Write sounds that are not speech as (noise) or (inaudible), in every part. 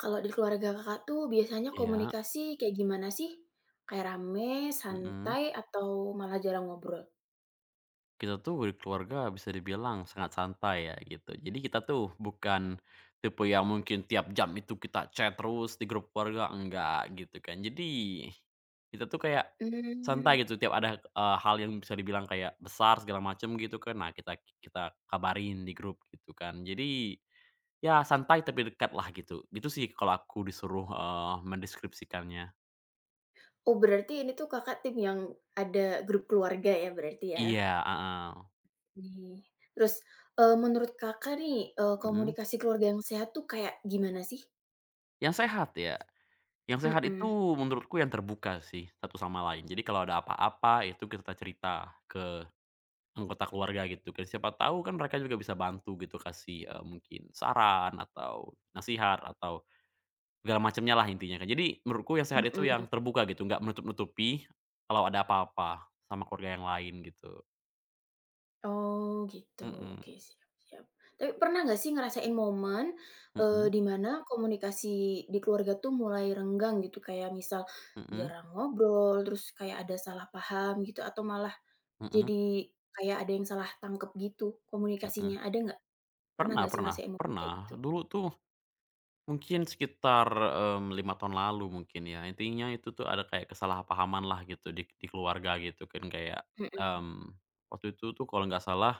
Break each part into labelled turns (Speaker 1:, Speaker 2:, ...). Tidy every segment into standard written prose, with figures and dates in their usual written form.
Speaker 1: Kalau di keluarga Kakak tuh biasanya
Speaker 2: Iya,
Speaker 1: komunikasi kayak gimana sih? Kayak rame,
Speaker 2: mhm.
Speaker 1: santai, atau malah jarang ngobrol?
Speaker 2: Kita tuh berkeluarga bisa dibilang sangat santai ya gitu. Jadi kita tuh bukan tipe yang mungkin tiap jam itu kita chat terus di grup keluarga, enggak gitu kan. Jadi kita tuh kayak santai
Speaker 1: Mmm.
Speaker 2: gitu tiap ada, hal yang bisa dibilang kayak besar segala macam gitu kan, nah kita kita kabarin di grup gitu kan. Jadi ya santai tapi dekat lah gitu. Gitu sih kalau aku disuruh, mendeskripsikannya.
Speaker 1: Oh, berarti ini tuh Kakak tim yang ada grup keluarga ya berarti ya?
Speaker 2: Iya, heeh,
Speaker 1: Nih. Terus, menurut Kakak nih,
Speaker 2: mhm.
Speaker 1: komunikasi keluarga yang sehat tuh kayak gimana sih?
Speaker 2: Yang sehat ya. Yang sehat itu
Speaker 1: Mhm,
Speaker 2: menurutku yang terbuka sih, satu sama lain. Jadi kalau ada apa-apa itu kita cerita ke anggota keluarga gitu kan, siapa tahu kan mereka juga bisa bantu gitu kasih, mungkin saran atau nasihat atau segala macamnya lah intinya kan. Jadi menurutku yang sehat itu
Speaker 1: mhm.
Speaker 2: yang terbuka gitu, nggak menutup-nutupi kalau ada apa-apa sama keluarga yang lain gitu.
Speaker 1: Oh gitu,
Speaker 2: Mhm,
Speaker 1: oke siap siap. Tapi pernah nggak sih ngerasain momen,
Speaker 2: mhm,
Speaker 1: di mana komunikasi di keluarga tuh mulai renggang gitu? Kayak misal
Speaker 2: mhm,
Speaker 1: jarang ngobrol, terus kayak ada salah paham gitu, atau malah
Speaker 2: mhm,
Speaker 1: jadi kayak ada yang salah tangkep gitu
Speaker 2: mhm.
Speaker 1: komunikasinya, ada nggak? Pernah
Speaker 2: Pernah
Speaker 1: nggak sih
Speaker 2: pernah
Speaker 1: ngerasain momen kayak
Speaker 2: pernah,
Speaker 1: gitu?
Speaker 2: dulu tuh mungkin sekitar, 5 tahun lalu mungkin ya. Intinya itu tuh ada kayak kesalahpahaman lah gitu di keluarga gitu kan kayak,
Speaker 1: Mhm
Speaker 2: mmm, waktu itu tuh kalau nggak salah,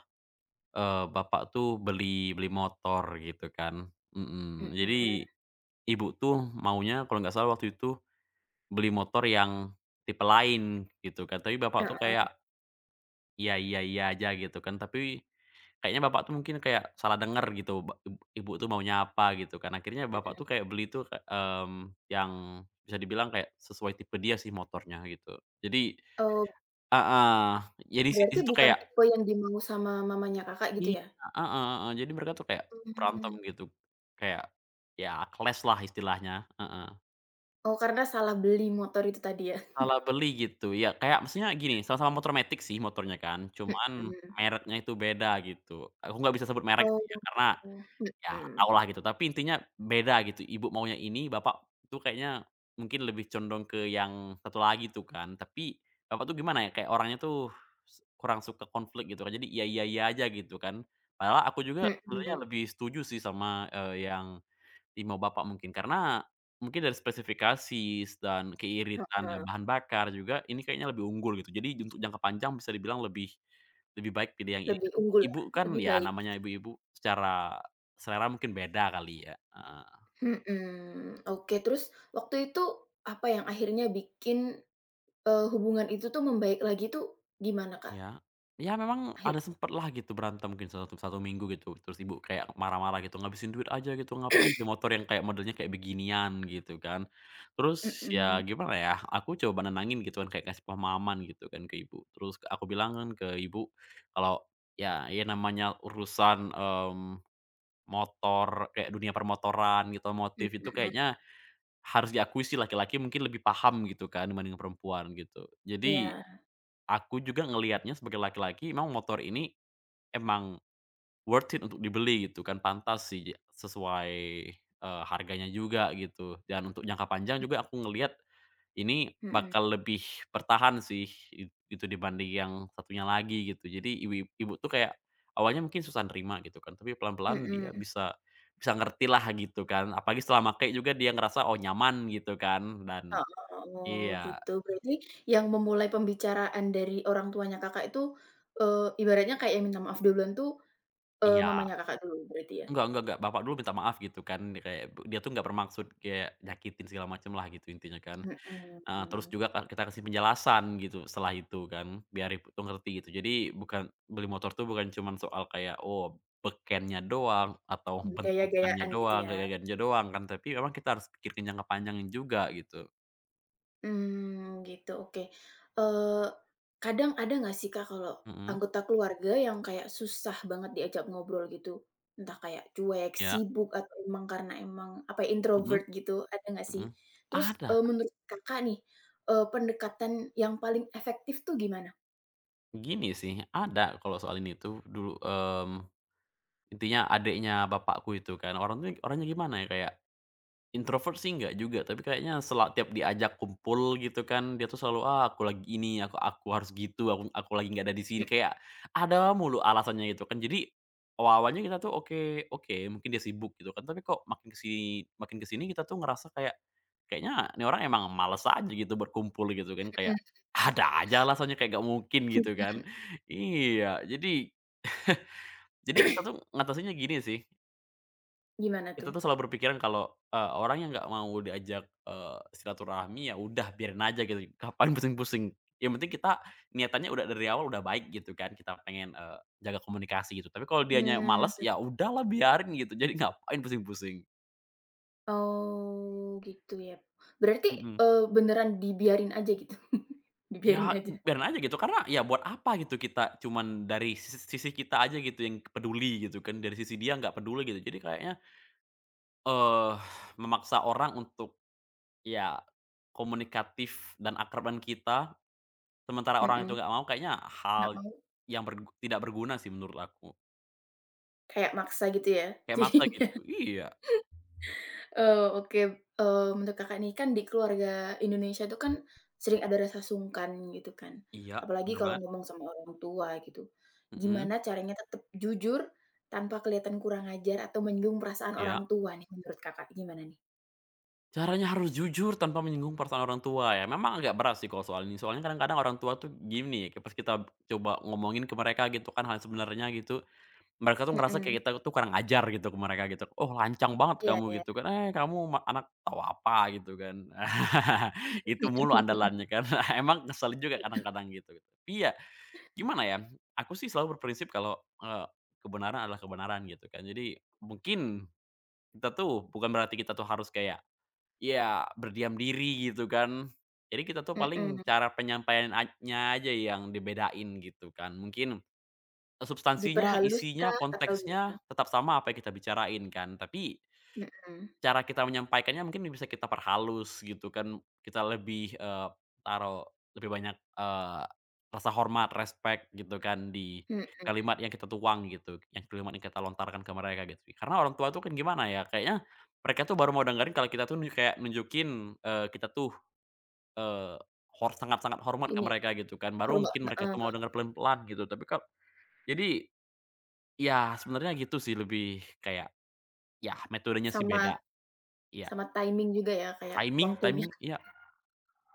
Speaker 2: bapak tuh beli beli motor gitu kan, mhm.
Speaker 1: mhm,
Speaker 2: Jadi ibu tuh maunya kalau nggak salah waktu itu beli motor yang tipe lain gitu kan, tapi bapak tuh
Speaker 1: heeh
Speaker 2: kayak iya iya iya aja gitu kan, tapi kayaknya bapak tuh mungkin kayak salah denger gitu, ba ib ibu tuh maunya apa gitu kan. Akhirnya bapak
Speaker 1: heeh.
Speaker 2: tuh kayak beli tuh, kayak, yang bisa dibilang kayak sesuai tipe dia sih motornya gitu. Jadi
Speaker 1: Oh,
Speaker 2: ah jadi si di
Speaker 1: berarti
Speaker 2: situ
Speaker 1: bukan
Speaker 2: kayak
Speaker 1: tipe yang dimau sama mamanya Kakak gitu
Speaker 2: iya,
Speaker 1: ya?
Speaker 2: heeh heeh, jadi mereka tuh kayak berantem
Speaker 1: Mmm,
Speaker 2: gitu. Kayak, ya clash lah istilahnya, heeh.
Speaker 1: oh karena salah beli motor itu tadi ya?
Speaker 2: Salah beli gitu, ya kayak maksudnya gini, sama-sama motor matic sih motornya kan, cuman
Speaker 1: (laughs)
Speaker 2: mereknya itu beda gitu. Aku nggak bisa sebut merek
Speaker 1: Oh,
Speaker 2: sih ya, karena ya,
Speaker 1: mhm,
Speaker 2: tahulah gitu, tapi intinya beda gitu, ibu maunya ini, bapak tuh kayaknya mungkin lebih condong ke yang satu lagi tuh kan. Tapi bapak tuh gimana ya, kayak orangnya tuh kurang suka konflik gitu kan, jadi iya, iya, iya aja gitu kan. Padahal aku juga sebenarnya
Speaker 1: mhm,
Speaker 2: lebih setuju sih sama, yang Timau bapak mungkin, karena mungkin dari spesifikasi dan keiritan dan
Speaker 1: heeh,
Speaker 2: bahan bakar juga, ini kayaknya lebih unggul gitu. Jadi untuk jangka panjang bisa dibilang lebih lebih baik pilih yang ini.
Speaker 1: lebih unggul lah,
Speaker 2: Ibu kan
Speaker 1: lebih
Speaker 2: ya
Speaker 1: baik
Speaker 2: namanya
Speaker 1: gitu ya?
Speaker 2: ibu-ibu secara selera mungkin beda kali ya, heeh.
Speaker 1: Mhm, oke terus waktu itu apa yang akhirnya bikin, hubungan itu tuh membaik lagi tuh gimana, Kak,
Speaker 2: ya, Ya memang
Speaker 1: akhir
Speaker 2: ada sempet lah gitu berantem mungkin satu satu minggu gitu, terus ibu kayak marah-marah gitu, "Ngabisin duit aja gitu, ngapain beli motor yang kayak modelnya kayak beginian?" Gitu kan. Terus ya
Speaker 1: mhm,
Speaker 2: gimana ya, aku coba nenangin gitu kan, kayak kasih pemahaman gitu kan ke ibu. Terus aku bilang kan ke ibu kalau ya namanya urusan, motor kayak dunia permotoran gitu, motif itu
Speaker 1: mhm,
Speaker 2: kayaknya harus diakui sih laki-laki mungkin lebih paham gitu kan dibanding perempuan gitu. Jadi
Speaker 1: iya,
Speaker 2: aku juga ngelihatnya sebagai laki-laki memang motor ini emang worth it untuk dibeli gitu kan, pantas sih sesuai, harganya juga gitu dan untuk jangka panjang juga aku ngelihat ini
Speaker 1: mhm,
Speaker 2: bakal lebih bertahan sih itu dibanding yang satunya lagi gitu. Jadi ibu ibu tuh kayak awalnya mungkin susah nerima gitu kan, tapi pelan-pelan dia
Speaker 1: mhm,
Speaker 2: bisa bisa ngerti lah gitu kan, apalagi setelah make juga dia ngerasa, oh nyaman gitu kan dan
Speaker 1: heeh, oh
Speaker 2: iya
Speaker 1: gitu berarti yang memulai pembicaraan dari orang tuanya Kakak itu, ibaratnya kayak minta maaf duluan tuh,
Speaker 2: iya.
Speaker 1: mamanya Kakak dulu berarti ya?
Speaker 2: Enggak, bapak dulu minta maaf gitu kan, kayak dia tuh nggak bermaksud kayak nyakitin segala macem lah gitu intinya kan. Heeh, terus
Speaker 1: Mhm,
Speaker 2: juga kita kasih penjelasan gitu setelah itu kan, biar ibu tuh ngerti gitu. Jadi bukan beli motor tuh bukan cuman soal kayak, oh bekennya doang atau bentukannya
Speaker 1: gaya-gayaan gitu
Speaker 2: doang,
Speaker 1: ya?
Speaker 2: gaya-gayanya doang kan, tapi memang kita harus pikirin jangka panjangnya juga gitu.
Speaker 1: Mmm, gitu, oke. Eee, kadang ada nggak sih, Kak, kalau
Speaker 2: Mhm,
Speaker 1: anggota keluarga yang kayak susah banget diajak ngobrol gitu? Entah kayak cuek,
Speaker 2: ya,
Speaker 1: sibuk, atau emang karena emang, apa ya,
Speaker 2: mhm
Speaker 1: introvert gitu, ada nggak sih?
Speaker 2: mhm.
Speaker 1: Terus,
Speaker 2: Ada,
Speaker 1: menurut Kakak nih, pendekatan yang paling efektif tuh gimana?
Speaker 2: gini sih, ada kalau soal ini tuh dulu, intinya adiknya bapakku itu kan, orang tuh orangnya gimana ya, kayak introvert sih nggak juga, tapi kayaknya tiap diajak kumpul gitu kan, dia tuh selalu, "Ah, aku lagi ini, aku harus gitu, aku lagi nggak ada di sini,"
Speaker 1: Mhm
Speaker 2: kayak ada mulu alasannya gitu kan. Jadi, awalnya kita tuh oke oke, mungkin dia sibuk gitu kan, tapi kok makin kesini kita tuh ngerasa kayak, kayaknya ini orang emang males aja gitu berkumpul gitu kan, kayak
Speaker 1: mhm
Speaker 2: ada aja alasannya, kayak nggak mungkin gitu kan.
Speaker 1: mhm.
Speaker 2: Iya, jadi kita tuh ngatasinnya gini sih
Speaker 1: Gimana
Speaker 2: kita
Speaker 1: tuh?
Speaker 2: tuh selalu berpikiran kalau, orang yang nggak mau diajak, silaturahmi ya udah biarin aja gitu, ngapain (laughs) pusing-pusing. Yang penting kita niatannya udah dari awal udah baik gitu kan, kita pengen, jaga komunikasi gitu. Tapi kalau dianya
Speaker 1: Mmm,
Speaker 2: males, ya udahlah biarin gitu, jadi ngapain pusing-pusing.
Speaker 1: oh, gitu ya. Berarti,
Speaker 2: Mhm.
Speaker 1: beneran dibiarin aja gitu? (laughs) Dibiarin
Speaker 2: Ya
Speaker 1: aja?
Speaker 2: biarin aja gitu, karena ya buat apa gitu kita cuman dari sisi sisi kita aja gitu yang peduli gitu kan, dari sisi dia nggak peduli gitu. Jadi kayaknya, eee, memaksa orang untuk ya komunikatif dan akraban kita, sementara orang itu
Speaker 1: Mhm,
Speaker 2: nggak mau kayaknya
Speaker 1: nggak
Speaker 2: hal
Speaker 1: mau?
Speaker 2: yang tidak berguna sih menurut aku.
Speaker 1: Kayak maksa gitu ya (laughs)
Speaker 2: Kayak maksa gitu.
Speaker 1: jadinya.
Speaker 2: Iya
Speaker 1: Oke, menurut Kakak nih kan di keluarga Indonesia itu kan sering ada rasa sungkan gitu kan,
Speaker 2: iya,
Speaker 1: apalagi
Speaker 2: bener
Speaker 1: kalau
Speaker 2: banget.
Speaker 1: ngomong sama orang tua gitu.
Speaker 2: Mhm,
Speaker 1: Gimana caranya tetap jujur tanpa kelihatan kurang ajar atau menyinggung perasaan
Speaker 2: iya.
Speaker 1: orang tua nih menurut Kakak gimana nih?
Speaker 2: Caranya harus jujur tanpa menyinggung perasaan orang tua ya. Memang agak berat sih kalau soal ini. Soalnya kadang-kadang orang tua tuh gini, kayak pas kita coba ngomongin ke mereka gitu kan hal sebenarnya gitu, mereka tuh ngerasa
Speaker 1: Mhm,
Speaker 2: kayak kita tuh kurang ajar gitu ke mereka gitu. "Oh lancang banget
Speaker 1: iya
Speaker 2: kamu,"
Speaker 1: iya.
Speaker 2: gitu kan. "Eh kamu anak tahu apa," gitu kan. (laughs) Itu mulu
Speaker 1: (laughs)
Speaker 2: andalannya kan. (laughs) Emang ngeselin juga kadang-kadang gitu. Tapi ya gimana ya, aku sih selalu berprinsip kalau, kebenaran adalah kebenaran gitu kan. Jadi mungkin kita tuh bukan berarti kita tuh harus kayak ya berdiam diri gitu kan. Jadi kita tuh paling
Speaker 1: Mhm,
Speaker 2: cara penyampaiannya aja yang dibedain gitu kan. Mungkin, substansinya,
Speaker 1: diperhalus
Speaker 2: isinya,
Speaker 1: kah atau gimana?
Speaker 2: konteksnya tetap sama apa yang kita bicarain kan. Tapi
Speaker 1: Mhm
Speaker 2: cara kita menyampaikannya mungkin bisa kita perhalus gitu kan, kita lebih, taruh lebih banyak, rasa hormat, respect gitu kan di
Speaker 1: mhm,
Speaker 2: kalimat yang kita tuang gitu, yang kalimat yang kita lontarkan ke mereka gitu. Karena orang tua tuh kan gimana ya, kayaknya mereka tuh baru mau dengerin kalau kita tuh kayak nunjukin, kita tuh, eee, sangat-sangat hormat ke
Speaker 1: ini
Speaker 2: mereka gitu kan,
Speaker 1: ya,
Speaker 2: baru
Speaker 1: rumah
Speaker 2: mungkin mereka
Speaker 1: heeh,
Speaker 2: tuh mau denger pelan-pelan gitu. Tapi jadi ya sebenarnya gitu sih lebih kayak, ya metodenya sih beda,
Speaker 1: sama
Speaker 2: ya
Speaker 1: sama timing juga ya kayak
Speaker 2: Timing
Speaker 1: waktunya.
Speaker 2: timing ya,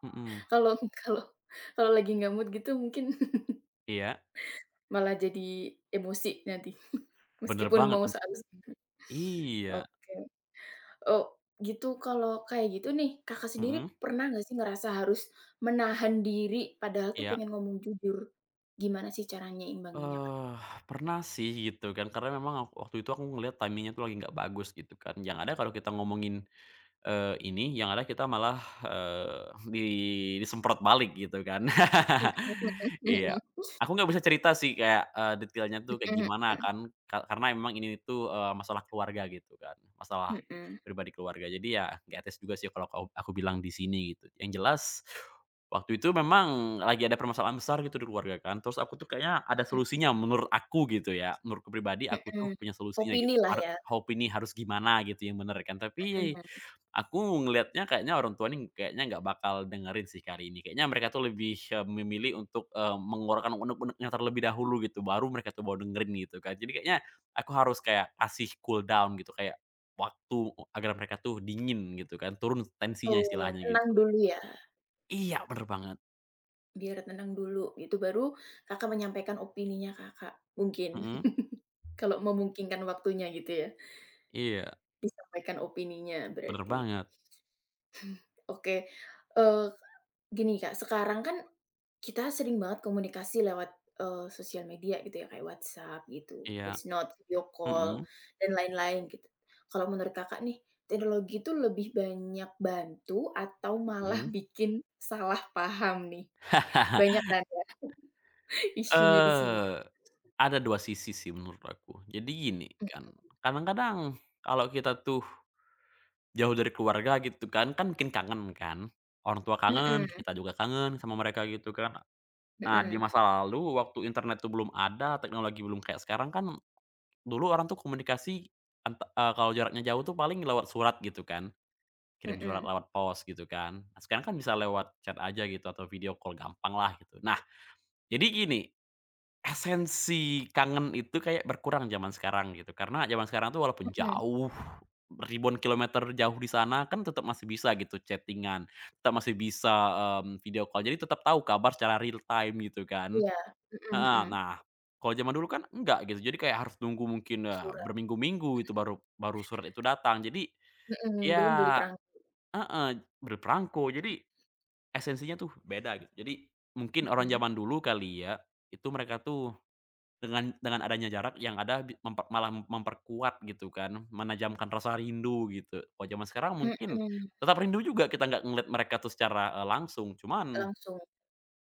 Speaker 2: mhm,
Speaker 1: Kalau (laughs) kalau kalau lagi nggak mood gitu mungkin (laughs)
Speaker 2: iya,
Speaker 1: malah jadi emosi nanti, (laughs)
Speaker 2: bener
Speaker 1: meskipun
Speaker 2: banget
Speaker 1: mau
Speaker 2: nanti
Speaker 1: seharusnya
Speaker 2: iya,
Speaker 1: oke. Oh, gitu kalau kayak gitu nih, Kakak sendiri
Speaker 2: mhm,
Speaker 1: pernah nggak sih ngerasa harus menahan diri padahal tuh
Speaker 2: iya,
Speaker 1: pengen ngomong jujur? Gimana sih caranya imbanginya Kak?
Speaker 2: eee, pernah sih gitu kan karena memang aku waktu itu aku ngeliat timing tuh lagi nggak bagus gitu kan, yang ada kalau kita ngomongin ini yang ada kita malah, (laughs) di disemprot balik gitu kan. (laughs)
Speaker 1: Mhm mhm
Speaker 2: Iya,
Speaker 1: mhm
Speaker 2: aku nggak bisa cerita sih kayak, detailnya tuh kayak
Speaker 1: mhm
Speaker 2: gimana kan, karena memang ini tuh, masalah keluarga gitu kan, masalah
Speaker 1: mhm
Speaker 2: pribadi keluarga. Jadi ya nggak etis juga sih kalau aku bilang di sini gitu. Yang jelas waktu itu memang lagi ada permasalahan besar gitu di keluarga kan, terus aku tuh kayaknya ada
Speaker 1: mhm
Speaker 2: solusinya menurut aku gitu ya, menurutku pribadi
Speaker 1: mhm
Speaker 2: aku tuh
Speaker 1: mhm.
Speaker 2: punya solusinya gitu,
Speaker 1: Opini lah ya,
Speaker 2: "Hope ini harus gimana," gitu yang bener kan. Tapi
Speaker 1: mhm.
Speaker 2: aku ngelihatnya kayaknya orang tua nih kayaknya nggak bakal dengerin sih kali ini. Kayaknya mereka tuh lebih, memilih untuk, mengeluarkan unek-uneknya terlebih dahulu gitu, baru mereka tuh bawa dengerin gitu kan. Jadi kayaknya aku harus kayak kasih cool down gitu, kayak waktu agar mereka tuh dingin gitu kan, turun tensinya
Speaker 1: Oh,
Speaker 2: istilahnya
Speaker 1: tenang
Speaker 2: gitu.
Speaker 1: dulu ya?
Speaker 2: Iya, bener banget.
Speaker 1: Biar tenang dulu gitu, baru Kakak menyampaikan opininya Kakak, mungkin
Speaker 2: Mhm.
Speaker 1: (laughs) kalau memungkinkan waktunya gitu ya,
Speaker 2: Iya,
Speaker 1: disampaikan opininya
Speaker 2: bener
Speaker 1: berarti.
Speaker 2: banget.
Speaker 1: Oke, eee, gini Kak, sekarang kan kita sering banget komunikasi lewat, sosial media gitu ya, kayak WhatsApp gitu,
Speaker 2: Iya.
Speaker 1: voice note, video call,
Speaker 2: Mhm
Speaker 1: dan lain-lain gitu. Kalau menurut Kakak nih, teknologi itu lebih banyak bantu atau malah
Speaker 2: mhm.
Speaker 1: (laughs) bikin salah paham nih? Banyak kan ya (laughs) isunya di sini?
Speaker 2: Eee, ada 2 sisi sih menurut aku. Jadi gini kan, kadang-kadang kalau kita tuh jauh dari keluarga gitu kan, kan bikin kangen kan. Orang tua kangen,
Speaker 1: Mhm
Speaker 2: kita juga kangen sama mereka gitu kan. Nah di
Speaker 1: mhm
Speaker 2: masa lalu waktu internet tuh belum ada, teknologi belum kayak sekarang kan, dulu orang tuh komunikasi kalau jaraknya jauh tuh paling lewat surat gitu kan, kirim surat
Speaker 1: mhm
Speaker 2: lewat pos gitu kan. Nah sekarang kan bisa lewat chat aja gitu atau video call gampang lah gitu. Nah jadi gini, esensi kangen itu kayak berkurang zaman sekarang gitu, karena zaman sekarang tuh walaupun
Speaker 1: mhm,
Speaker 2: jauh, ribuan kilometer jauh di sana kan tetap masih bisa gitu chattingan tetap masih bisa, video call, jadi tetap tahu kabar secara real time gitu kan.
Speaker 1: iya, mhm
Speaker 2: Heeh,
Speaker 1: mhm.
Speaker 2: nah kalau zaman dulu kan enggak gitu, jadi kayak harus nunggu mungkin,
Speaker 1: Surat,
Speaker 2: berminggu-minggu itu baru baru surat itu datang. Jadi
Speaker 1: mhm, belum beli
Speaker 2: ya
Speaker 1: perangkat,
Speaker 2: heeh, berperangko, jadi esensinya tuh beda gitu. Jadi mungkin orang
Speaker 1: mhm,
Speaker 2: zaman dulu kali ya, itu mereka tuh dengan adanya jarak yang ada bi memper malah memperkuat gitu kan, menajamkan rasa rindu gitu. Kalau zaman sekarang mungkin
Speaker 1: mhm,
Speaker 2: tetap rindu juga kita nggak ngeliat mereka tuh secara, langsung, cuman
Speaker 1: langsung,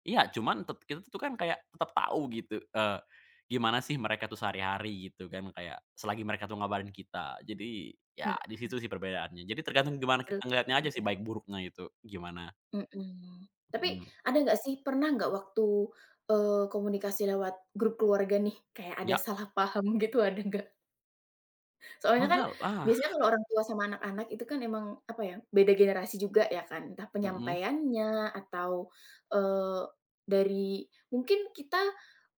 Speaker 2: iya, cuman kita tuh kan kayak tetap tahu gitu, gimana sih mereka tuh sehari-hari gitu kan, kayak selagi mereka tuh ngabarin kita. Jadi ya
Speaker 1: mhm,
Speaker 2: di situ sih perbedaannya. Jadi tergantung gimana kita
Speaker 1: belum
Speaker 2: ngelihatnya aja sih
Speaker 1: iya,
Speaker 2: baik buruknya itu gimana,
Speaker 1: mhm. Tapi
Speaker 2: mhm.
Speaker 1: ada nggak sih, pernah nggak waktu, komunikasi lewat grup keluarga nih, kayak ada
Speaker 2: Ya,
Speaker 1: salah paham gitu, ada nggak? Soalnya kan
Speaker 2: ada lah,
Speaker 1: biasanya kalau orang tua sama anak-anak itu kan emang, apa ya, beda generasi juga ya kan, entah
Speaker 2: mhm
Speaker 1: penyampaiannya atau, eee, dari mungkin kita,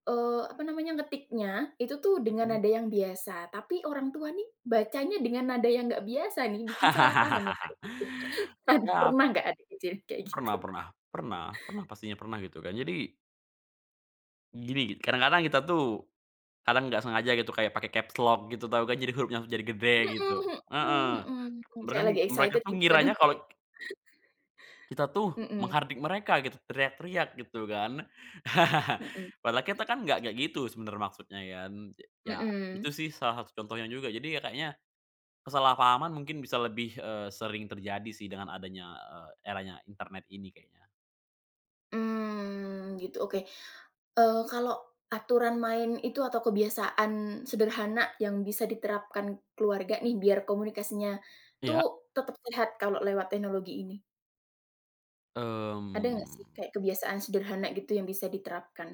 Speaker 1: apa namanya, ngetiknya itu tuh dengan
Speaker 2: mhm.
Speaker 1: nada yang biasa, tapi orang tua nih bacanya dengan nada yang nggak biasa nih, bikin salah paham ya kayak
Speaker 2: (laughs)
Speaker 1: gitu. (laughs)
Speaker 2: Ya
Speaker 1: Pernah nggak ada kejadian kayak gitu?
Speaker 2: pernah pernah pernah pernah, pastinya pernah gitu kan. Jadi gini, kadang-kadang kita tuh kadang nggak sengaja gitu kayak pakai caps lock gitu tahu kan, jadi hurufnya jadi gede
Speaker 1: Mhm
Speaker 2: gitu. Heeh.
Speaker 1: mhm mhm mhm,
Speaker 2: Mereka
Speaker 1: kayak
Speaker 2: nih
Speaker 1: lagi
Speaker 2: mereka
Speaker 1: excited
Speaker 2: tuh
Speaker 1: gitu kadang
Speaker 2: ngiranya kalau
Speaker 1: pakai
Speaker 2: kita tuh
Speaker 1: mhm
Speaker 2: menghardik mereka gitu, teriak-teriak gitu kan. (laughs)
Speaker 1: mhm
Speaker 2: Padahal kita kan nggak kayak gitu sebenarnya maksudnya kan. Ya itu
Speaker 1: mhm.
Speaker 2: sih salah satu contohnya juga. Jadi ya kayaknya kesalahpahaman mungkin bisa lebih, sering terjadi sih dengan adanya, eranya internet ini kayaknya.
Speaker 1: Mmm, gitu, oke. Kalau aturan main itu atau kebiasaan sederhana yang bisa diterapkan keluarga nih, biar komunikasinya tuh
Speaker 2: Ya,
Speaker 1: tetap sehat kalau lewat teknologi ini. Ada nggak sih
Speaker 2: mmm.
Speaker 1: kayak kebiasaan sederhana gitu yang bisa diterapkan?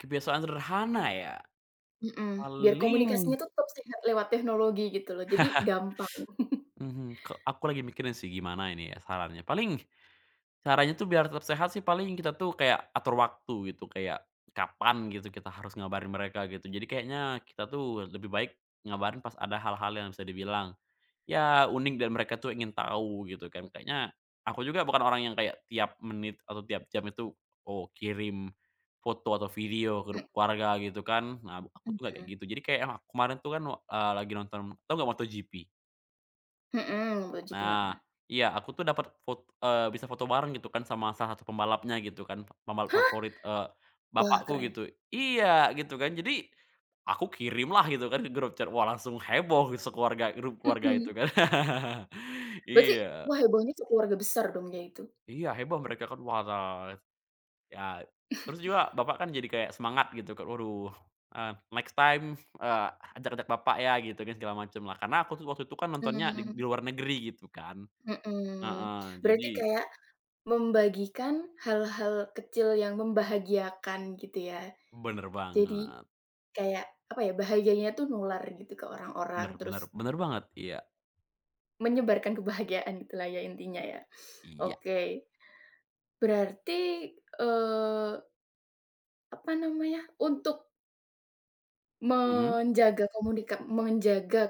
Speaker 2: Kebiasaan sederhana ya?
Speaker 1: Mhm, biar
Speaker 2: Paling
Speaker 1: komunikasinya tuh tetap sehat lewat teknologi gitu loh, jadi gampang.
Speaker 2: mhm, ke aku lagi mikirin sih gimana ini ya sarannya. Paling caranya tuh biar tetap sehat sih paling kita tuh kayak atur waktu gitu, kayak kapan gitu kita harus ngabarin mereka gitu. Jadi kayaknya kita tuh lebih baik ngabarin pas ada hal-hal yang bisa dibilang ya unik dan mereka tuh ingin tahu gitu kan. Kayaknya aku juga bukan orang yang kayak tiap menit atau tiap jam itu, oh kirim foto atau video ke grup
Speaker 1: (laughs)
Speaker 2: keluarga gitu kan. Nah aku tuh nggak kayak
Speaker 1: Mhm,
Speaker 2: gitu. Jadi kayak emang kemarin tuh kan, lagi nonton, tahu nggak MotoGP?
Speaker 1: mhm, wajib ya,
Speaker 2: Nah,
Speaker 1: mhm.
Speaker 2: iya aku tuh dapat foto bisa foto bareng gitu kan sama salah satu pembalapnya gitu kan, pembalap
Speaker 1: Hah?
Speaker 2: favorit,
Speaker 1: Wah,
Speaker 2: bapakku
Speaker 1: keren.
Speaker 2: gitu. Iya gitu kan, jadi aku kirim lah gitu kan ke grup chat, wah langsung heboh sekeluarga grup keluarga itu
Speaker 1: Mhm,
Speaker 2: kan. (laughs)
Speaker 1: berarti
Speaker 2: Iya
Speaker 1: wah hebohnya sekeluarga besar dong dia itu?
Speaker 2: iya heboh mereka kan, wah ya terus juga bapak kan jadi kayak semangat gitu kan, waduh, eee, next time, eee, ajak-ajak bapak ya gitu kan segala macem lah karena aku tuh waktu itu kan nontonnya di
Speaker 1: Mmm.
Speaker 2: di luar negeri gitu kan.
Speaker 1: Mhm,
Speaker 2: Heeh, jadi
Speaker 1: berarti kayak membagikan hal-hal kecil yang membahagiakan gitu ya.
Speaker 2: bener
Speaker 1: Jadi
Speaker 2: banget,
Speaker 1: kayak apa ya, bahagianya tuh nular gitu ke orang-orang,
Speaker 2: bener
Speaker 1: terus
Speaker 2: bener bener banget, iya
Speaker 1: menyebarkan kebahagiaan gitulah ya intinya ya.
Speaker 2: iya,
Speaker 1: Oke, berarti, eee, apa namanya, untuk
Speaker 2: mhm
Speaker 1: menjaga menjaga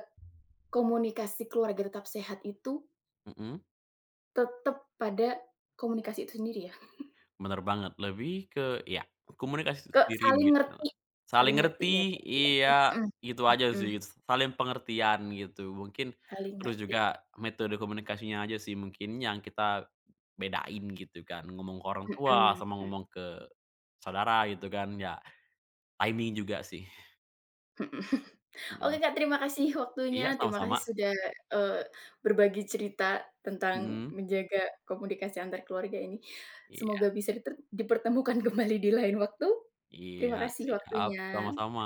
Speaker 1: komunikasi keluarga tetap sehat itu
Speaker 2: mhm,
Speaker 1: tetap pada komunikasi itu sendiri ya?
Speaker 2: bener banget, lebih ke ya komunikasi itu
Speaker 1: Ke
Speaker 2: sendiri mungkin karena saling
Speaker 1: saling ngerti
Speaker 2: ngerti,
Speaker 1: ya berarti ya,
Speaker 2: iya,
Speaker 1: mhm
Speaker 2: gitu aja
Speaker 1: mhm,
Speaker 2: sih, gitu, saling pengertian gitu, mungkin
Speaker 1: saling
Speaker 2: terus
Speaker 1: ngerti,
Speaker 2: juga metode komunikasinya aja sih mungkin yang kita bedain gitu kan, ngomong ke orang
Speaker 1: mhm
Speaker 2: tua
Speaker 1: mhm
Speaker 2: sama
Speaker 1: mhm.
Speaker 2: ngomong ke saudara gitu kan, ya timing juga sih,
Speaker 1: Oke
Speaker 2: mhm,
Speaker 1: Kak, terima kasih waktunya,
Speaker 2: iya
Speaker 1: terima kasih
Speaker 2: sama-sama,
Speaker 1: sudah, eee, berbagi cerita tentang
Speaker 2: mhm,
Speaker 1: menjaga komunikasi antar keluarga ini.
Speaker 2: iya
Speaker 1: Semoga bisa dipertemukan kembali di lain waktu.
Speaker 2: iya
Speaker 1: Terima kasih
Speaker 2: siap,
Speaker 1: waktunya.
Speaker 2: sama-sama.